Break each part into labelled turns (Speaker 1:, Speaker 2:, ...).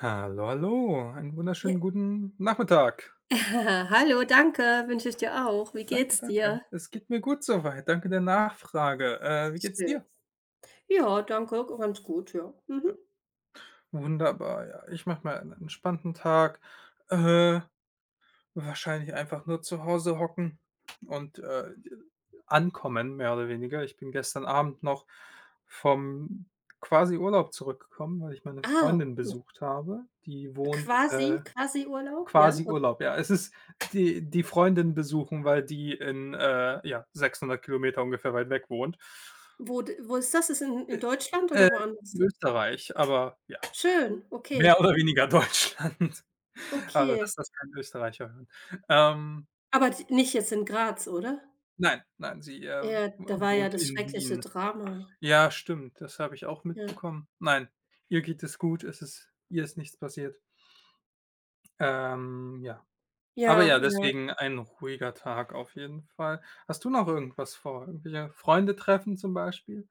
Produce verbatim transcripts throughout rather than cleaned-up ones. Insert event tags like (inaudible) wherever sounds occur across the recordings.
Speaker 1: Hallo, hallo, einen
Speaker 2: Ja.
Speaker 1: wunderschönen guten Nachmittag.
Speaker 2: (laughs) Hallo, danke, wünsche ich dir auch. Wie
Speaker 1: Danke,
Speaker 2: geht's
Speaker 1: danke.
Speaker 2: dir?
Speaker 1: Es geht mir gut so weit. Danke der Nachfrage. Äh, wie geht's
Speaker 2: Schön.
Speaker 1: dir?
Speaker 2: Ja, danke, ganz gut, ja. Mhm.
Speaker 1: Wunderbar, ja. Ich mache mal einen entspannten Tag. Äh, Wahrscheinlich einfach nur zu Hause hocken und, äh, ankommen, mehr oder weniger. Ich bin gestern Abend noch vom quasi Urlaub zurückgekommen, weil ich meine
Speaker 2: Ah,
Speaker 1: Freundin besucht habe. Die wohnt,
Speaker 2: quasi
Speaker 1: äh
Speaker 2: quasi Urlaub, ja?
Speaker 1: Quasi
Speaker 2: Okay.
Speaker 1: Urlaub, ja. Es ist die die Freundin besuchen, weil die in, äh, ja, sechshundert Kilometer ungefähr weit weg wohnt.
Speaker 2: Wo d wo ist das? Ist in
Speaker 1: Äh,
Speaker 2: in Deutschland
Speaker 1: äh,
Speaker 2: oder woanders?
Speaker 1: Österreich, aber ja,
Speaker 2: Schön,
Speaker 1: mehr
Speaker 2: okay,
Speaker 1: oder weniger Deutschland. (laughs) Also
Speaker 2: okay.
Speaker 1: lass das kein Österreicher hören. Ähm,
Speaker 2: Aber d nicht jetzt in Graz, oder?
Speaker 1: nein, nein, sie, äh,
Speaker 2: Ja, da war ja
Speaker 1: wohnt
Speaker 2: das
Speaker 1: in
Speaker 2: schreckliche
Speaker 1: Wien.
Speaker 2: Drama.
Speaker 1: Ja, stimmt, das habe ich auch
Speaker 2: Ja.
Speaker 1: mitbekommen. Nein, ihr geht es gut, es ist ihr ist nichts passiert. Ähm, ja. Aber
Speaker 2: Ja,
Speaker 1: ja,
Speaker 2: ja.
Speaker 1: deswegen ein ruhiger Tag auf jeden Fall. Hast du noch irgendwas vor? Irgendwelche Freunde treffen zum Beispiel?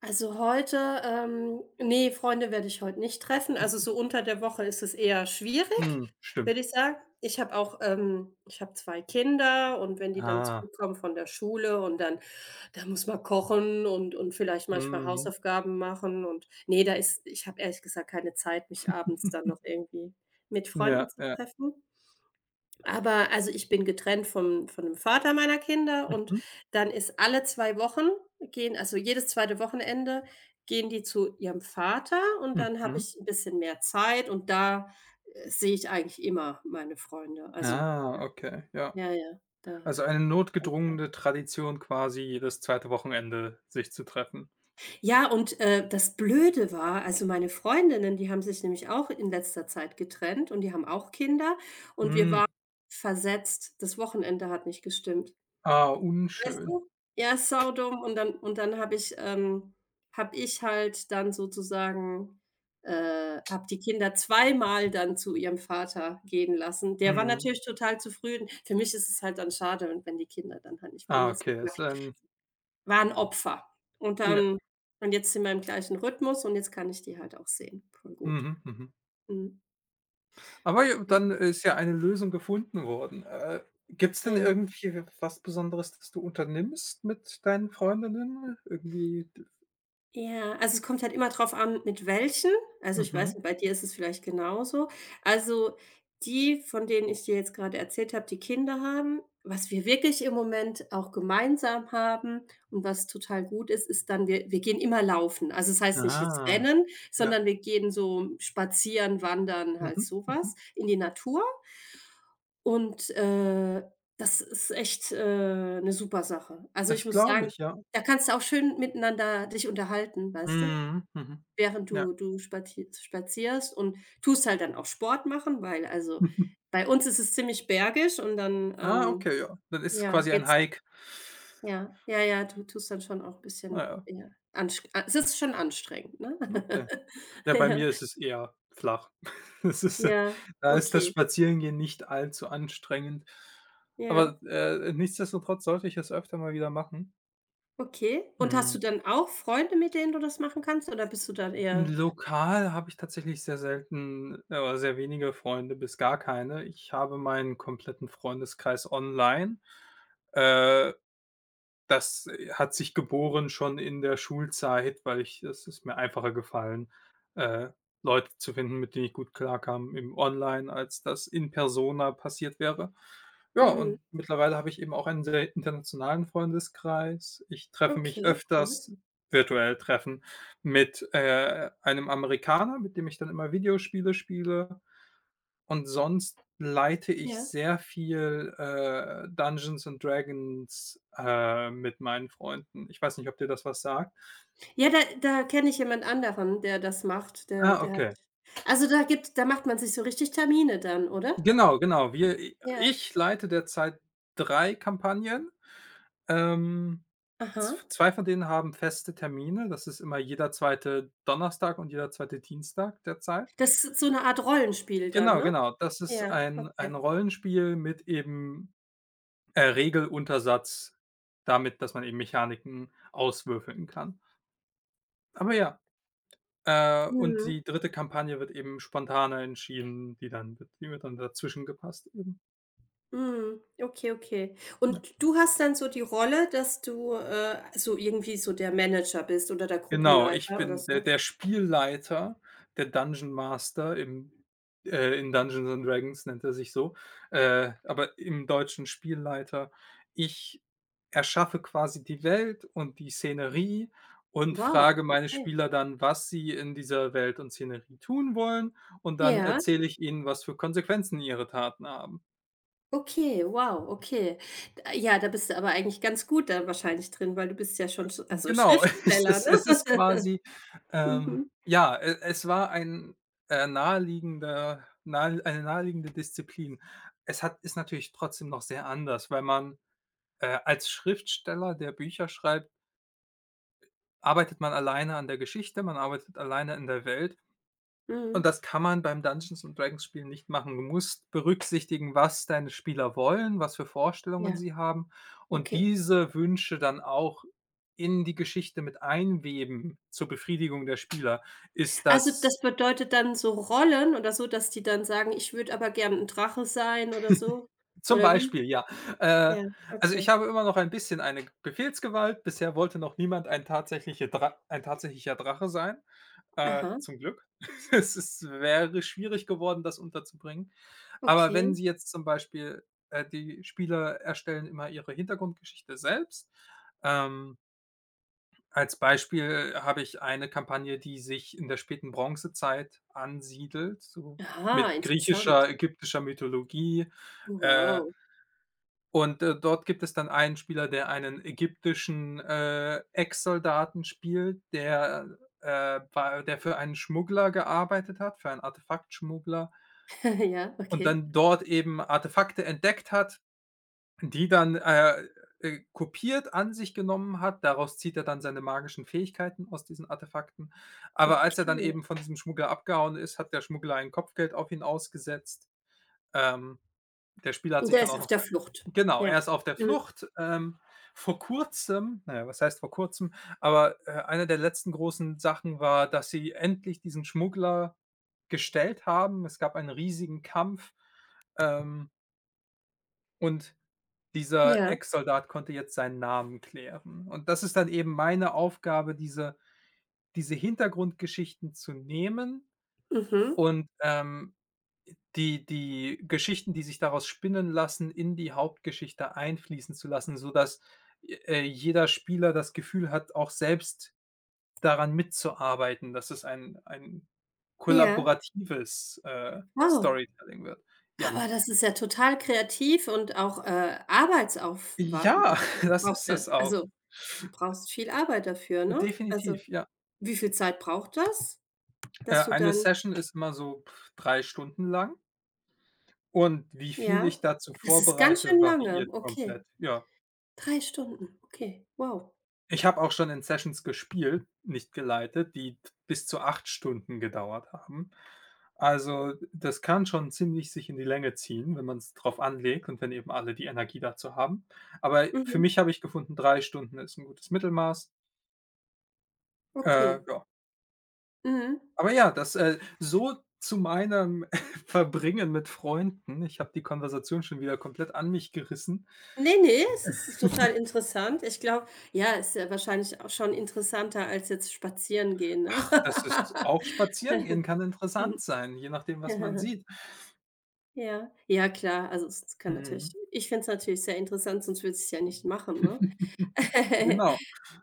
Speaker 2: Also heute ähm, ne, Freunde werde ich heute nicht treffen. Also,
Speaker 1: (laughs)
Speaker 2: so unter der Woche ist es eher schwierig,
Speaker 1: Mhm, stimmt.
Speaker 2: würde ich sagen. Ich habe auch ähm, ich habe zwei Kinder, und wenn die dann
Speaker 1: Ah,
Speaker 2: zurückkommen von der Schule, und dann da muss man kochen und und vielleicht manchmal
Speaker 1: mhm.
Speaker 2: Hausaufgaben machen, und nee, da ist ich habe ehrlich gesagt keine Zeit, mich abends dann noch
Speaker 1: (laughs)
Speaker 2: irgendwie mit
Speaker 1: Ja,
Speaker 2: Freunden zu
Speaker 1: ja.
Speaker 2: treffen. Aber also, ich bin getrennt vom von dem Vater meiner Kinder, und
Speaker 1: Mhm,
Speaker 2: dann ist alle zwei Wochen gehen also, jedes zweite Wochenende gehen die zu ihrem Vater, und dann habe
Speaker 1: mhm.
Speaker 2: ich ein bisschen mehr Zeit, und da äh, sehe ich eigentlich immer meine Freunde. Also,
Speaker 1: Ah, okay, ja.
Speaker 2: ja, ja, da.
Speaker 1: Also eine notgedrungene Tradition quasi, jedes zweite Wochenende sich zu treffen.
Speaker 2: Ja, und äh, das Blöde war, also, meine Freundinnen, die haben sich nämlich auch in letzter Zeit getrennt und die haben auch Kinder, und wir
Speaker 1: Mhm.
Speaker 2: waren versetzt. Das Wochenende hat nicht gestimmt.
Speaker 1: Ah,
Speaker 2: Weißt
Speaker 1: unschön.
Speaker 2: du? Ja, saudumm, und dann und dann habe ich ähm, habe ich halt dann sozusagen äh, habe die Kinder zweimal dann zu ihrem Vater gehen lassen. Der war
Speaker 1: Mhm.
Speaker 2: natürlich total zufrieden. Für mich ist es halt dann schade, wenn wenn die Kinder dann halt nicht bei
Speaker 1: Ah,
Speaker 2: mir sind,
Speaker 1: okay,
Speaker 2: aber
Speaker 1: ist ein
Speaker 2: war 'n Opfer. Und
Speaker 1: ja.
Speaker 2: dann und jetzt sind wir im gleichen Rhythmus, und jetzt kann ich die halt auch sehen. Voll gut.
Speaker 1: Mhm, mhm.
Speaker 2: Mhm.
Speaker 1: Aber j
Speaker 2: Mhm.
Speaker 1: dann ist ja eine Lösung gefunden worden. Äh, gibt es denn
Speaker 2: Ja.
Speaker 1: irgendwie was Besonderes, das du unternimmst mit deinen Freundinnen? Irgendwie d
Speaker 2: Ja, also es kommt halt immer drauf an, mit welchen. Also, ich
Speaker 1: mhm.
Speaker 2: weiß nicht, bei dir ist es vielleicht genauso. Also, die, von denen ich dir jetzt gerade erzählt habe, die Kinder haben, was wir wirklich im Moment auch gemeinsam haben und was total gut ist, ist dann, wir, wir gehen immer laufen. Also, das heißt nicht jetzt
Speaker 1: Ah,
Speaker 2: rennen,
Speaker 1: ja.
Speaker 2: sondern wir gehen so spazieren, wandern, halt
Speaker 1: Mhm, mhm.
Speaker 2: sowas in die Natur. Und äh, das ist echt äh, 'ne super Sache. Also, ich
Speaker 1: Das
Speaker 2: muss
Speaker 1: glaube
Speaker 2: sagen,
Speaker 1: ich, ja.
Speaker 2: da kannst du auch schön miteinander dich unterhalten, weißt du?
Speaker 1: Mhm, mhm.
Speaker 2: Während
Speaker 1: Ja.
Speaker 2: du du spatie spazierst und tust halt dann auch Sport machen, weil, also,
Speaker 1: (laughs)
Speaker 2: bei uns ist es ziemlich bergig, und dann
Speaker 1: Ah,
Speaker 2: ähm,
Speaker 1: okay, ja. Dann ist es
Speaker 2: ja,
Speaker 1: quasi ein
Speaker 2: geht's
Speaker 1: Hike.
Speaker 2: ja, ja, ja, du tust dann schon auch bisschen,
Speaker 1: Naja,
Speaker 2: ja, ansch es ist schon anstrengend, ne?
Speaker 1: okay.
Speaker 2: (laughs)
Speaker 1: Ja, bei
Speaker 2: Ja,
Speaker 1: mir ist es eher flach. (laughs) Das ist äh,
Speaker 2: ja,
Speaker 1: Da ist das
Speaker 2: okay,
Speaker 1: Spazierengehen nicht allzu anstrengend.
Speaker 2: ja.
Speaker 1: Aber, äh, nichtsdestotrotz sollte ich es öfter mal wieder machen.
Speaker 2: Okay. Und hast du
Speaker 1: Mhm.
Speaker 2: dann auch Freunde, mit denen du das machen kannst, oder bist du dann eher
Speaker 1: Lokal habe ich tatsächlich sehr selten äh, oder sehr wenige Freunde bis gar keine. Ich habe meinen kompletten Freundeskreis online. Äh Das, äh, hat sich geboren schon in der Schulzeit, weil ich es ist mir einfacher gefallen, äh, Leute zu finden, mit denen ich gut klarkam im Online, als das in Persona passiert wäre. Ja,
Speaker 2: mhm,
Speaker 1: und mittlerweile habe ich eben auch einen sehr internationalen Freundeskreis. Ich treffe mich
Speaker 2: okay, cool.
Speaker 1: öfters virtuell treffen mit, äh, einem Amerikaner, mit dem ich dann immer Videospiele spiele. Und sonst leite ich
Speaker 2: Ja.
Speaker 1: sehr viel, äh, Dungeons& and Dragons, äh, mit meinen Freunden. Ich weiß nicht, ob dir das was sagt.
Speaker 2: Ja, da da kenne ich jemand anderen, der das macht. Der
Speaker 1: Ah,
Speaker 2: der hat,
Speaker 1: okay.
Speaker 2: also, da gibt da macht man sich so richtig Termine dann, oder?
Speaker 1: Genau, genau. Wir
Speaker 2: Ja.
Speaker 1: Ich leite derzeit drei Kampagnen. Ähm, z
Speaker 2: Aha.
Speaker 1: zwei von denen haben feste Termine. Das ist immer jeder zweite Donnerstag und jeder zweite Dienstag derzeit.
Speaker 2: Das ist so 'ne Art Rollenspiel dann,
Speaker 1: Genau,
Speaker 2: ne?
Speaker 1: genau. Das ist
Speaker 2: Ja,
Speaker 1: ein ein
Speaker 2: okay.
Speaker 1: Rollenspiel mit eben Äh, Regeluntersatz, damit, dass man eben Mechaniken auswürfeln kann. Aber ja, äh, und
Speaker 2: Mhm.
Speaker 1: die dritte Kampagne wird eben spontaner entschieden, die dann wird die wird dann dazwischen gepasst eben.
Speaker 2: Mhm. Okay, okay. Und du hast dann so die Rolle, dass du äh, so irgendwie so der Manager bist oder der
Speaker 1: Genau, ich
Speaker 2: Gruppenleiter oder
Speaker 1: bin der
Speaker 2: so?
Speaker 1: der Spielleiter, der Dungeon Master im äh, in Dungeons& and Dragons nennt er sich so, äh, aber im Deutschen Spielleiter. Ich erschaffe quasi die Welt und die Szenerie und frage
Speaker 2: Wow,
Speaker 1: meine
Speaker 2: okay.
Speaker 1: Spieler dann, was sie in dieser Welt und Szenerie tun wollen, und dann
Speaker 2: Ja.
Speaker 1: erzähle ich ihnen, was für Konsequenzen ihre Taten haben.
Speaker 2: Okay, wow, okay. D ja, da bist du aber eigentlich ganz gut da wahrscheinlich drin, weil du bist ja schon sch also
Speaker 1: Genau, (laughs) es
Speaker 2: Schriftsteller, ne?
Speaker 1: ist es ist
Speaker 2: (laughs)
Speaker 1: quasi ähm,
Speaker 2: Mhm,
Speaker 1: ja, e es war ein, äh, naheliegender nahe eine naheliegende Disziplin. Es hat ist natürlich trotzdem noch sehr anders, weil man, äh, als Schriftsteller, der Bücher schreibt, arbeitet man alleine an der Geschichte, man arbeitet alleine in der Welt
Speaker 2: mhm.
Speaker 1: und das kann man beim Dungeons& and Dragons Spielen nicht machen. Du musst berücksichtigen, was deine Spieler wollen, was für Vorstellungen
Speaker 2: Ja,
Speaker 1: sie haben und
Speaker 2: okay.
Speaker 1: diese Wünsche dann auch in die Geschichte mit einweben zur Befriedigung der Spieler. Ist
Speaker 2: Also,
Speaker 1: das
Speaker 2: das bedeutet dann so Rollen oder so, dass die dann sagen: „Ich würde aber gern ein Drache sein“, oder so?
Speaker 1: zum
Speaker 2: Oder wie?
Speaker 1: Beispiel, ja. Äh,
Speaker 2: Ja,
Speaker 1: also, ich
Speaker 2: okay.
Speaker 1: habe immer noch ein bisschen eine Befehlsgewalt. Bisher wollte noch niemand ein tatsächliche Dra ein tatsächlicher Drache sein, äh,
Speaker 2: Aha,
Speaker 1: zum Glück. (laughs) Es ist wäre schwierig geworden, das unterzubringen. Aber
Speaker 2: okay.
Speaker 1: wenn sie jetzt zum Beispiel äh, die Spieler erstellen immer ihre Hintergrundgeschichte selbst. Ähm, Als Beispiel habe ich eine Kampagne, die sich in der späten Bronzezeit ansiedelt, so
Speaker 2: Aha,
Speaker 1: mit
Speaker 2: interessant.
Speaker 1: griechischer, ägyptischer Mythologie. Äh,
Speaker 2: Wow.
Speaker 1: und, äh, dort gibt es dann einen Spieler, der einen ägyptischen, äh, Ex-Soldaten spielt, der, äh, bei der für einen Schmuggler gearbeitet hat, für einen Artefaktschmuggler
Speaker 2: (laughs) Ja,
Speaker 1: und
Speaker 2: okay.
Speaker 1: dann dort eben Artefakte entdeckt hat. Die dann, äh, äh, kopiert, an sich genommen hat. Daraus zieht er dann seine magischen Fähigkeiten aus diesen Artefakten. Aber als er dann
Speaker 2: Okay.
Speaker 1: eben von diesem Schmuggler abgehauen ist, hat der Schmuggler ein Kopfgeld auf ihn ausgesetzt. Ähm, Der Spieler hat
Speaker 2: Und
Speaker 1: sich
Speaker 2: der
Speaker 1: dann
Speaker 2: ist
Speaker 1: auch
Speaker 2: auf
Speaker 1: noch
Speaker 2: der
Speaker 1: ein.
Speaker 2: Flucht.
Speaker 1: Genau,
Speaker 2: Ja.
Speaker 1: er ist auf der
Speaker 2: Mhm.
Speaker 1: Flucht. Ähm, vor Kurzem na ja, was heißt vor Kurzem, aber, äh, eine der letzten großen Sachen war, dass sie endlich diesen Schmuggler gestellt haben. Es gab einen riesigen Kampf, ähm, und dieser
Speaker 2: Ja.
Speaker 1: Ex-Soldat konnte jetzt seinen Namen klären. Und das ist dann eben meine Aufgabe, diese diese Hintergrundgeschichten zu nehmen
Speaker 2: Mhm.
Speaker 1: und, ähm, die die Geschichten, die sich daraus spinnen lassen, in die Hauptgeschichte einfließen zu lassen, sodass, äh, jeder Spieler das Gefühl hat, auch selbst daran mitzuarbeiten, dass es ein ein
Speaker 2: Ja.
Speaker 1: kollaboratives, äh,
Speaker 2: Wow.
Speaker 1: Storytelling wird. Ja.
Speaker 2: Aber das ist ja total kreativ und auch äh, Arbeitsaufwa
Speaker 1: Ja,
Speaker 2: du
Speaker 1: (laughs) das
Speaker 2: brauchst
Speaker 1: ist
Speaker 2: ja
Speaker 1: es auch.
Speaker 2: also, brauchst viel Arbeit dafür, ne? Also,
Speaker 1: Definitiv, ja.
Speaker 2: wie viel Zeit braucht das,
Speaker 1: Äh,
Speaker 2: dass du
Speaker 1: eine
Speaker 2: dann
Speaker 1: Session ist immer so pff, drei Stunden lang und wie viel
Speaker 2: ja?
Speaker 1: ich dazu
Speaker 2: Das ist ganz
Speaker 1: vorbereite,
Speaker 2: schön lange,
Speaker 1: variiert komplett,
Speaker 2: okay.
Speaker 1: ja.
Speaker 2: Drei Stunden, okay, wow.
Speaker 1: Ich habe auch schon in Sessions gespielt, nicht geleitet, die t bis zu acht Stunden gedauert haben. Also, das kann schon ziemlich sich in die Länge ziehen, wenn man es drauf anlegt und wenn eben alle die Energie dazu haben. Aber für
Speaker 2: Mhm,
Speaker 1: mich habe ich gefunden, drei Stunden ist ein gutes Mittelmaß. Äh,
Speaker 2: okay.
Speaker 1: ja.
Speaker 2: Mhm.
Speaker 1: Aber ja, das, äh, so zu meinem (laughs) Verbringen mit Freunden. Ich habe die Konversation schon wieder komplett an mich gerissen.
Speaker 2: Ne, ne, es ist total interessant. Ich glaube, ja, ist ja wahrscheinlich auch schon interessanter als jetzt spazieren gehen, ne?
Speaker 1: Ach, das ist auch Spazierengehen
Speaker 2: (laughs)
Speaker 1: kann interessant
Speaker 2: Mhm.
Speaker 1: sein, je nachdem, was man sieht.
Speaker 2: Ja, ja klar, also es es kann natürlich,
Speaker 1: Mhm.
Speaker 2: ich fände es natürlich sehr interessant, sonst würde ich es ja nicht machen, ne?
Speaker 1: (laughs)
Speaker 2: (laughs)
Speaker 1: Genau.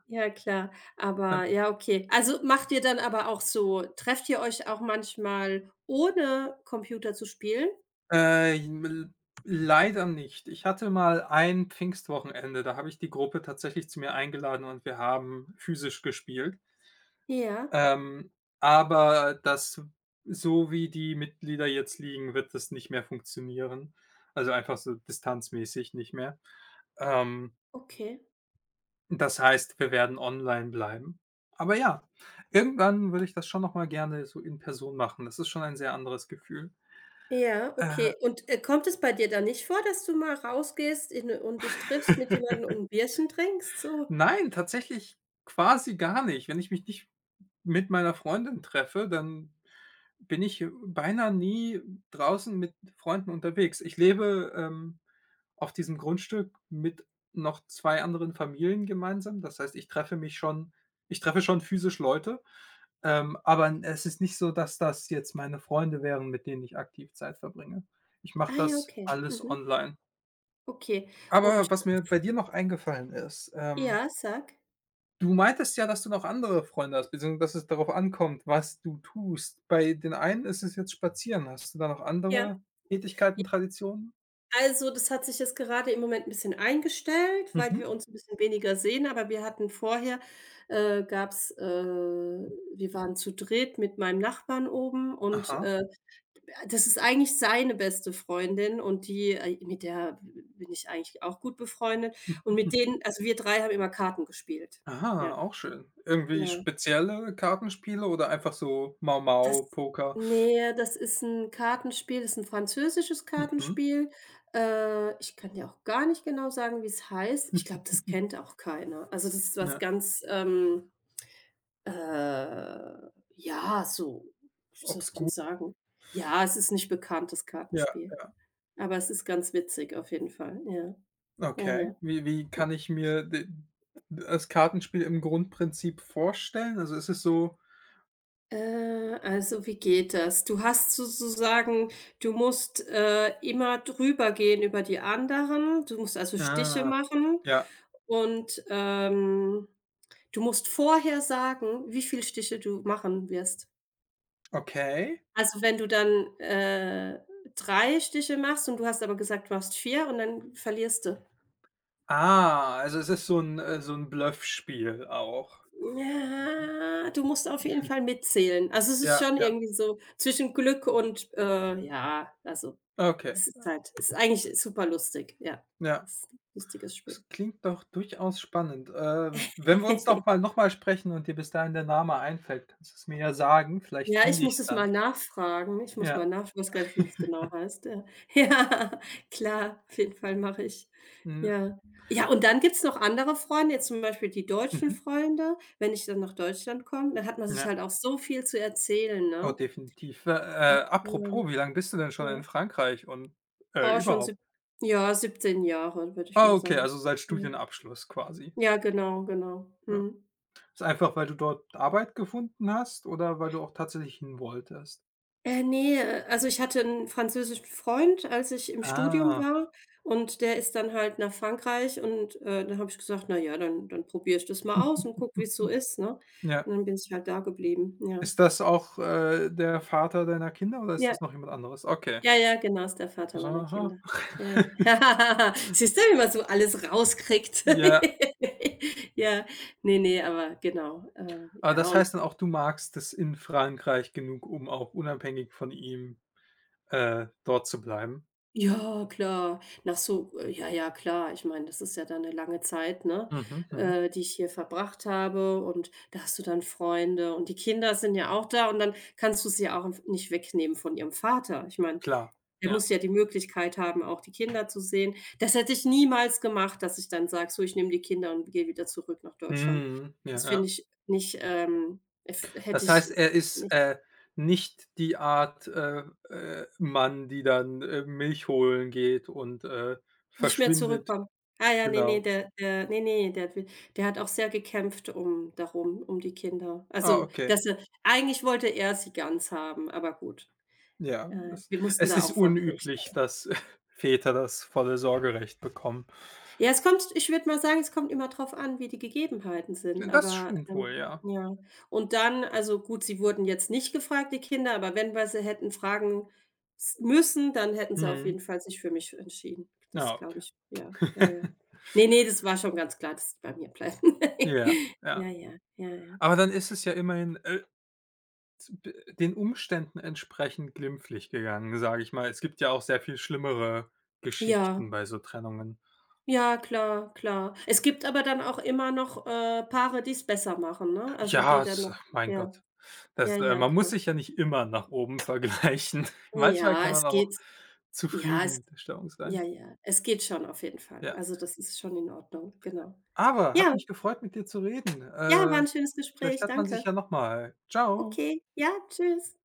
Speaker 2: Ja klar, aber
Speaker 1: Ähm,
Speaker 2: ja, okay. Also, macht ihr dann aber auch so, trefft ihr euch auch manchmal ohne Computer zu spielen?
Speaker 1: äh, l Leider nicht. Ich hatte mal ein Pfingstwochenende, da habe ich die Gruppe tatsächlich zu mir eingeladen und wir haben physisch gespielt.
Speaker 2: Ja,
Speaker 1: Ähm, aber das So wie die Mitglieder jetzt liegen, wird das nicht mehr funktionieren. Also, einfach so distanzmäßig nicht mehr. Ähm,
Speaker 2: okay.
Speaker 1: Das heißt, wir werden online bleiben. Aber ja, irgendwann würde ich das schon noch mal gerne so in Person machen. Das ist schon ein sehr anderes Gefühl.
Speaker 2: Ja, okay. Und äh, kommt es bei dir dann nicht vor, dass du mal rausgehst in und dich triffst mit jemandem und 'n Bierchen trinkst so?
Speaker 1: Nein, tatsächlich quasi gar nicht. Wenn ich mich nicht mit meiner Freundin treffe, dann bin ich beinahe nie draußen mit Freunden unterwegs. Ich lebe, ähm, auf diesem Grundstück mit noch zwei anderen Familien gemeinsam. Das heißt, ich treffe mich schon ich treffe schon physisch Leute, ähm, aber es ist nicht so, dass das jetzt meine Freunde wären, mit denen ich aktiv Zeit verbringe. Ich mache
Speaker 2: Ah ja,
Speaker 1: das
Speaker 2: okay.
Speaker 1: alles
Speaker 2: Mhm.
Speaker 1: online.
Speaker 2: Okay. Und
Speaker 1: Aber was mir bei dir noch eingefallen ist, ähm
Speaker 2: ja, sag.
Speaker 1: du meintest ja, dass du noch andere Freunde hast, beziehungsweise dass es darauf ankommt, was du tust. Bei den einen ist es jetzt Spazieren. Hast du da noch
Speaker 2: Ja.
Speaker 1: andere Tätigkeiten, Traditionen?
Speaker 2: Also, das hat sich jetzt gerade im Moment ein bisschen eingestellt, weil
Speaker 1: Mhm.
Speaker 2: wir uns ein bisschen weniger sehen, aber wir hatten vorher äh, gab's äh, wir waren zu dritt mit meinem Nachbarn oben, und
Speaker 1: Aha.
Speaker 2: äh, das ist eigentlich seine beste Freundin, und die äh, mit der bin ich eigentlich auch gut befreundet, und mit
Speaker 1: (laughs)
Speaker 2: denen, also, wir drei haben immer Karten gespielt.
Speaker 1: Aha,
Speaker 2: Ja,
Speaker 1: auch schön. Irgendwie
Speaker 2: ja.
Speaker 1: spezielle Kartenspiele oder einfach so Mau
Speaker 2: Das
Speaker 1: Mau, Poker?
Speaker 2: ne, das ist 'n Kartenspiel, ist 'n französisches
Speaker 1: Mhm.
Speaker 2: Kartenspiel. Äh, ich kann dir auch gar nicht genau sagen, wie's heißt. Ich glaube, das kennt auch keiner. Also, das ist was
Speaker 1: Ja,
Speaker 2: ganz, ähm, äh, ja, so, wie soll ich denn
Speaker 1: obskur.
Speaker 2: sagen? Ja, es ist nicht bekannt, das
Speaker 1: Ja,
Speaker 2: Kartenspiel,
Speaker 1: ja.
Speaker 2: aber es ist ganz witzig auf jeden Fall. Ja, ja,
Speaker 1: Okay.
Speaker 2: ja.
Speaker 1: Wie wie kann ich mir de das Kartenspiel im Grundprinzip vorstellen? Also, ist es so
Speaker 2: Äh, also, wie geht das? Du hast sozusagen, du musst äh, immer drüber gehen über die anderen. Du musst also Stiche
Speaker 1: ah,
Speaker 2: machen
Speaker 1: ja,
Speaker 2: und ähm, du musst vorher sagen, wie viele Stiche du machen wirst.
Speaker 1: okay.
Speaker 2: Also, wenn du dann äh, drei Stiche machst und du hast aber gesagt, du machst vier, und dann verlierst du.
Speaker 1: Ah, also es ist so 'n äh, so 'n Bluffspiel auch.
Speaker 2: Ja, du musst auf jeden Fall mitzählen. Also, es ist
Speaker 1: Ja,
Speaker 2: schon
Speaker 1: ja,
Speaker 2: irgendwie so zwischen Glück und äh, ja, also,
Speaker 1: okay.
Speaker 2: es ist halt ist eigentlich super lustig. Ja.
Speaker 1: Ja,
Speaker 2: Ist 'n lustiges Spiel.
Speaker 1: das klingt doch durchaus spannend. Äh, wenn wir uns doch mal
Speaker 2: (laughs)
Speaker 1: noch mal sprechen und dir bis dahin der Name einfällt, kannst du's mir ja sagen, vielleicht
Speaker 2: Ja, ich
Speaker 1: finde
Speaker 2: muss
Speaker 1: ich's
Speaker 2: es
Speaker 1: dann.
Speaker 2: mal nachfragen. Ich muss mal
Speaker 1: Ja,
Speaker 2: nachf Weiß gar nicht, wie das genau heißt, ja. (laughs) Ja, klar, auf jeden Fall mache ich.
Speaker 1: n
Speaker 2: Ja. Ja, und dann gibt's noch andere Freunde, jetzt zum Beispiel die deutschen
Speaker 1: mhm,
Speaker 2: Freunde. Wenn ich dann nach Deutschland komme, dann hat man sich
Speaker 1: ja.
Speaker 2: halt auch so viel zu erzählen,
Speaker 1: Oh,
Speaker 2: ne?
Speaker 1: definitiv. Äh, äh,
Speaker 2: Was ja,
Speaker 1: apropos, wie lang bist du denn schon in
Speaker 2: ja.
Speaker 1: Frankreich und, äh,
Speaker 2: Oh, schon
Speaker 1: überhaupt?
Speaker 2: sieb ja, siebzehn Jahre, würde ich
Speaker 1: Ah,
Speaker 2: mal
Speaker 1: okay,
Speaker 2: sagen.
Speaker 1: also seit
Speaker 2: Ja.
Speaker 1: Studienabschluss quasi.
Speaker 2: Ja, genau, genau.
Speaker 1: Ja.
Speaker 2: Mhm.
Speaker 1: Ist einfach, weil du dort Arbeit gefunden hast oder weil du auch tatsächlich hin wolltest?
Speaker 2: Äh, ne, äh, also ich hatte 'n französischen Freund, als ich im Studium
Speaker 1: Ah,
Speaker 2: war, und der ist dann halt nach Frankreich, und äh, dann habe ich gesagt: „Na ja, dann dann probiere ich das mal aus und gucke, wie's so ist“, ne?
Speaker 1: ja.
Speaker 2: Und dann bin ich halt da geblieben, ja.
Speaker 1: Ist das auch, äh, der Vater deiner Kinder oder ist
Speaker 2: Ja,
Speaker 1: das noch jemand anderes? Okay.
Speaker 2: ja, ja, genau, ist der Vater
Speaker 1: So,
Speaker 2: meiner
Speaker 1: aha.
Speaker 2: Kinder. Ja, ja. (laughs) Siehst du, wie man so alles rauskriegt.
Speaker 1: Ja,
Speaker 2: (laughs) Ja, ne, ne, aber genau, äh,
Speaker 1: aber
Speaker 2: ja,
Speaker 1: das
Speaker 2: und.
Speaker 1: heißt dann auch, du magst es in Frankreich genug, um auch unabhängig von ihm, äh, dort zu bleiben?
Speaker 2: Ja, klar. Nach so äh, ja, ja, klar. Ich meine, das ist ja dann eine lange Zeit, ne,
Speaker 1: Mhm, mhm.
Speaker 2: äh, die ich hier verbracht habe, und da hast du dann Freunde und die Kinder sind ja auch da, und dann kannst du sie ja auch nicht wegnehmen von ihrem Vater. Ich meine,
Speaker 1: Klar,
Speaker 2: der
Speaker 1: ja.
Speaker 2: muss ja die Möglichkeit haben, auch die Kinder zu sehen. Das hätte ich niemals gemacht, dass ich dann sage: „So, ich nehme die Kinder und gehe wieder zurück nach Deutschland.“
Speaker 1: Mhm, ja,
Speaker 2: Das finde
Speaker 1: ja.
Speaker 2: ich nicht, ähm, f hätte
Speaker 1: Das heißt,
Speaker 2: ich.
Speaker 1: er ist, äh, nicht die Art, äh, äh, Mann, die dann, äh, Milch holen geht und, äh,
Speaker 2: Nicht mehr
Speaker 1: verschwindet.
Speaker 2: zurückkommen. Ah ja, nee,
Speaker 1: Genau.
Speaker 2: nee, der der nee, ne, der wi der hat auch sehr gekämpft um darum um die Kinder.
Speaker 1: Ah,
Speaker 2: Also,
Speaker 1: okay.
Speaker 2: dass er, eigentlich wollte er sie ganz haben, aber gut,
Speaker 1: Ja,
Speaker 2: äh,
Speaker 1: das
Speaker 2: wir mussten
Speaker 1: es
Speaker 2: da
Speaker 1: ist
Speaker 2: auch vor Gericht.
Speaker 1: unüblich, dass (laughs) Väter das volle Sorgerecht bekommen.
Speaker 2: Ja, es kommt ich würde mal sagen, es kommt immer drauf an, wie die Gegebenheiten sind,
Speaker 1: Das
Speaker 2: aber
Speaker 1: stimmt wohl,
Speaker 2: ähm
Speaker 1: ja.
Speaker 2: ja. Und dann, also gut, sie wurden jetzt nicht gefragt, die Kinder, aber wenn wir sie hätten fragen s müssen, dann hätten sie auf
Speaker 1: Mhm.
Speaker 2: jeden Fall sich für mich entschieden. Das
Speaker 1: Ja,
Speaker 2: glaube ich. Ja, ja,
Speaker 1: okay.
Speaker 2: ja.
Speaker 1: (laughs)
Speaker 2: Nee, nee, das war schon ganz klar, dass sie bei mir bleiben. (laughs)
Speaker 1: Ja,
Speaker 2: Ja,
Speaker 1: ja.
Speaker 2: ja, ja, ja.
Speaker 1: Aber dann ist es ja immerhin, äh, z b den Umständen entsprechend glimpflich gegangen, sage ich mal. Es gibt ja auch sehr viel schlimmere Geschichten
Speaker 2: Ja,
Speaker 1: bei so Trennungen.
Speaker 2: ja, klar, klar. Es gibt aber dann auch immer noch äh, Paare, die es besser machen, ne? Also,
Speaker 1: Ja,
Speaker 2: die dann
Speaker 1: es
Speaker 2: noch,
Speaker 1: mein
Speaker 2: ja,
Speaker 1: Gott.
Speaker 2: ja,
Speaker 1: Das äh,
Speaker 2: ja,
Speaker 1: Man muss
Speaker 2: klar.
Speaker 1: sich ja nicht immer nach oben (laughs) vergleichen. Manchmal
Speaker 2: Ja,
Speaker 1: kann man
Speaker 2: es
Speaker 1: auch
Speaker 2: geht, ja,
Speaker 1: zufrieden
Speaker 2: es.
Speaker 1: mit der Stellung sein.
Speaker 2: Ja, ja, es geht schon auf jeden Fall.
Speaker 1: Ja.
Speaker 2: Also, das ist schon in Ordnung, genau.
Speaker 1: Aber hat
Speaker 2: Ja,
Speaker 1: mich gefreut, mit dir zu reden.
Speaker 2: ja, war
Speaker 1: Äh,
Speaker 2: 'n schönes
Speaker 1: vielleicht
Speaker 2: Gespräch,
Speaker 1: hat man
Speaker 2: danke.
Speaker 1: sich ja noch mal. Ciao.
Speaker 2: Okay, ja, tschüss.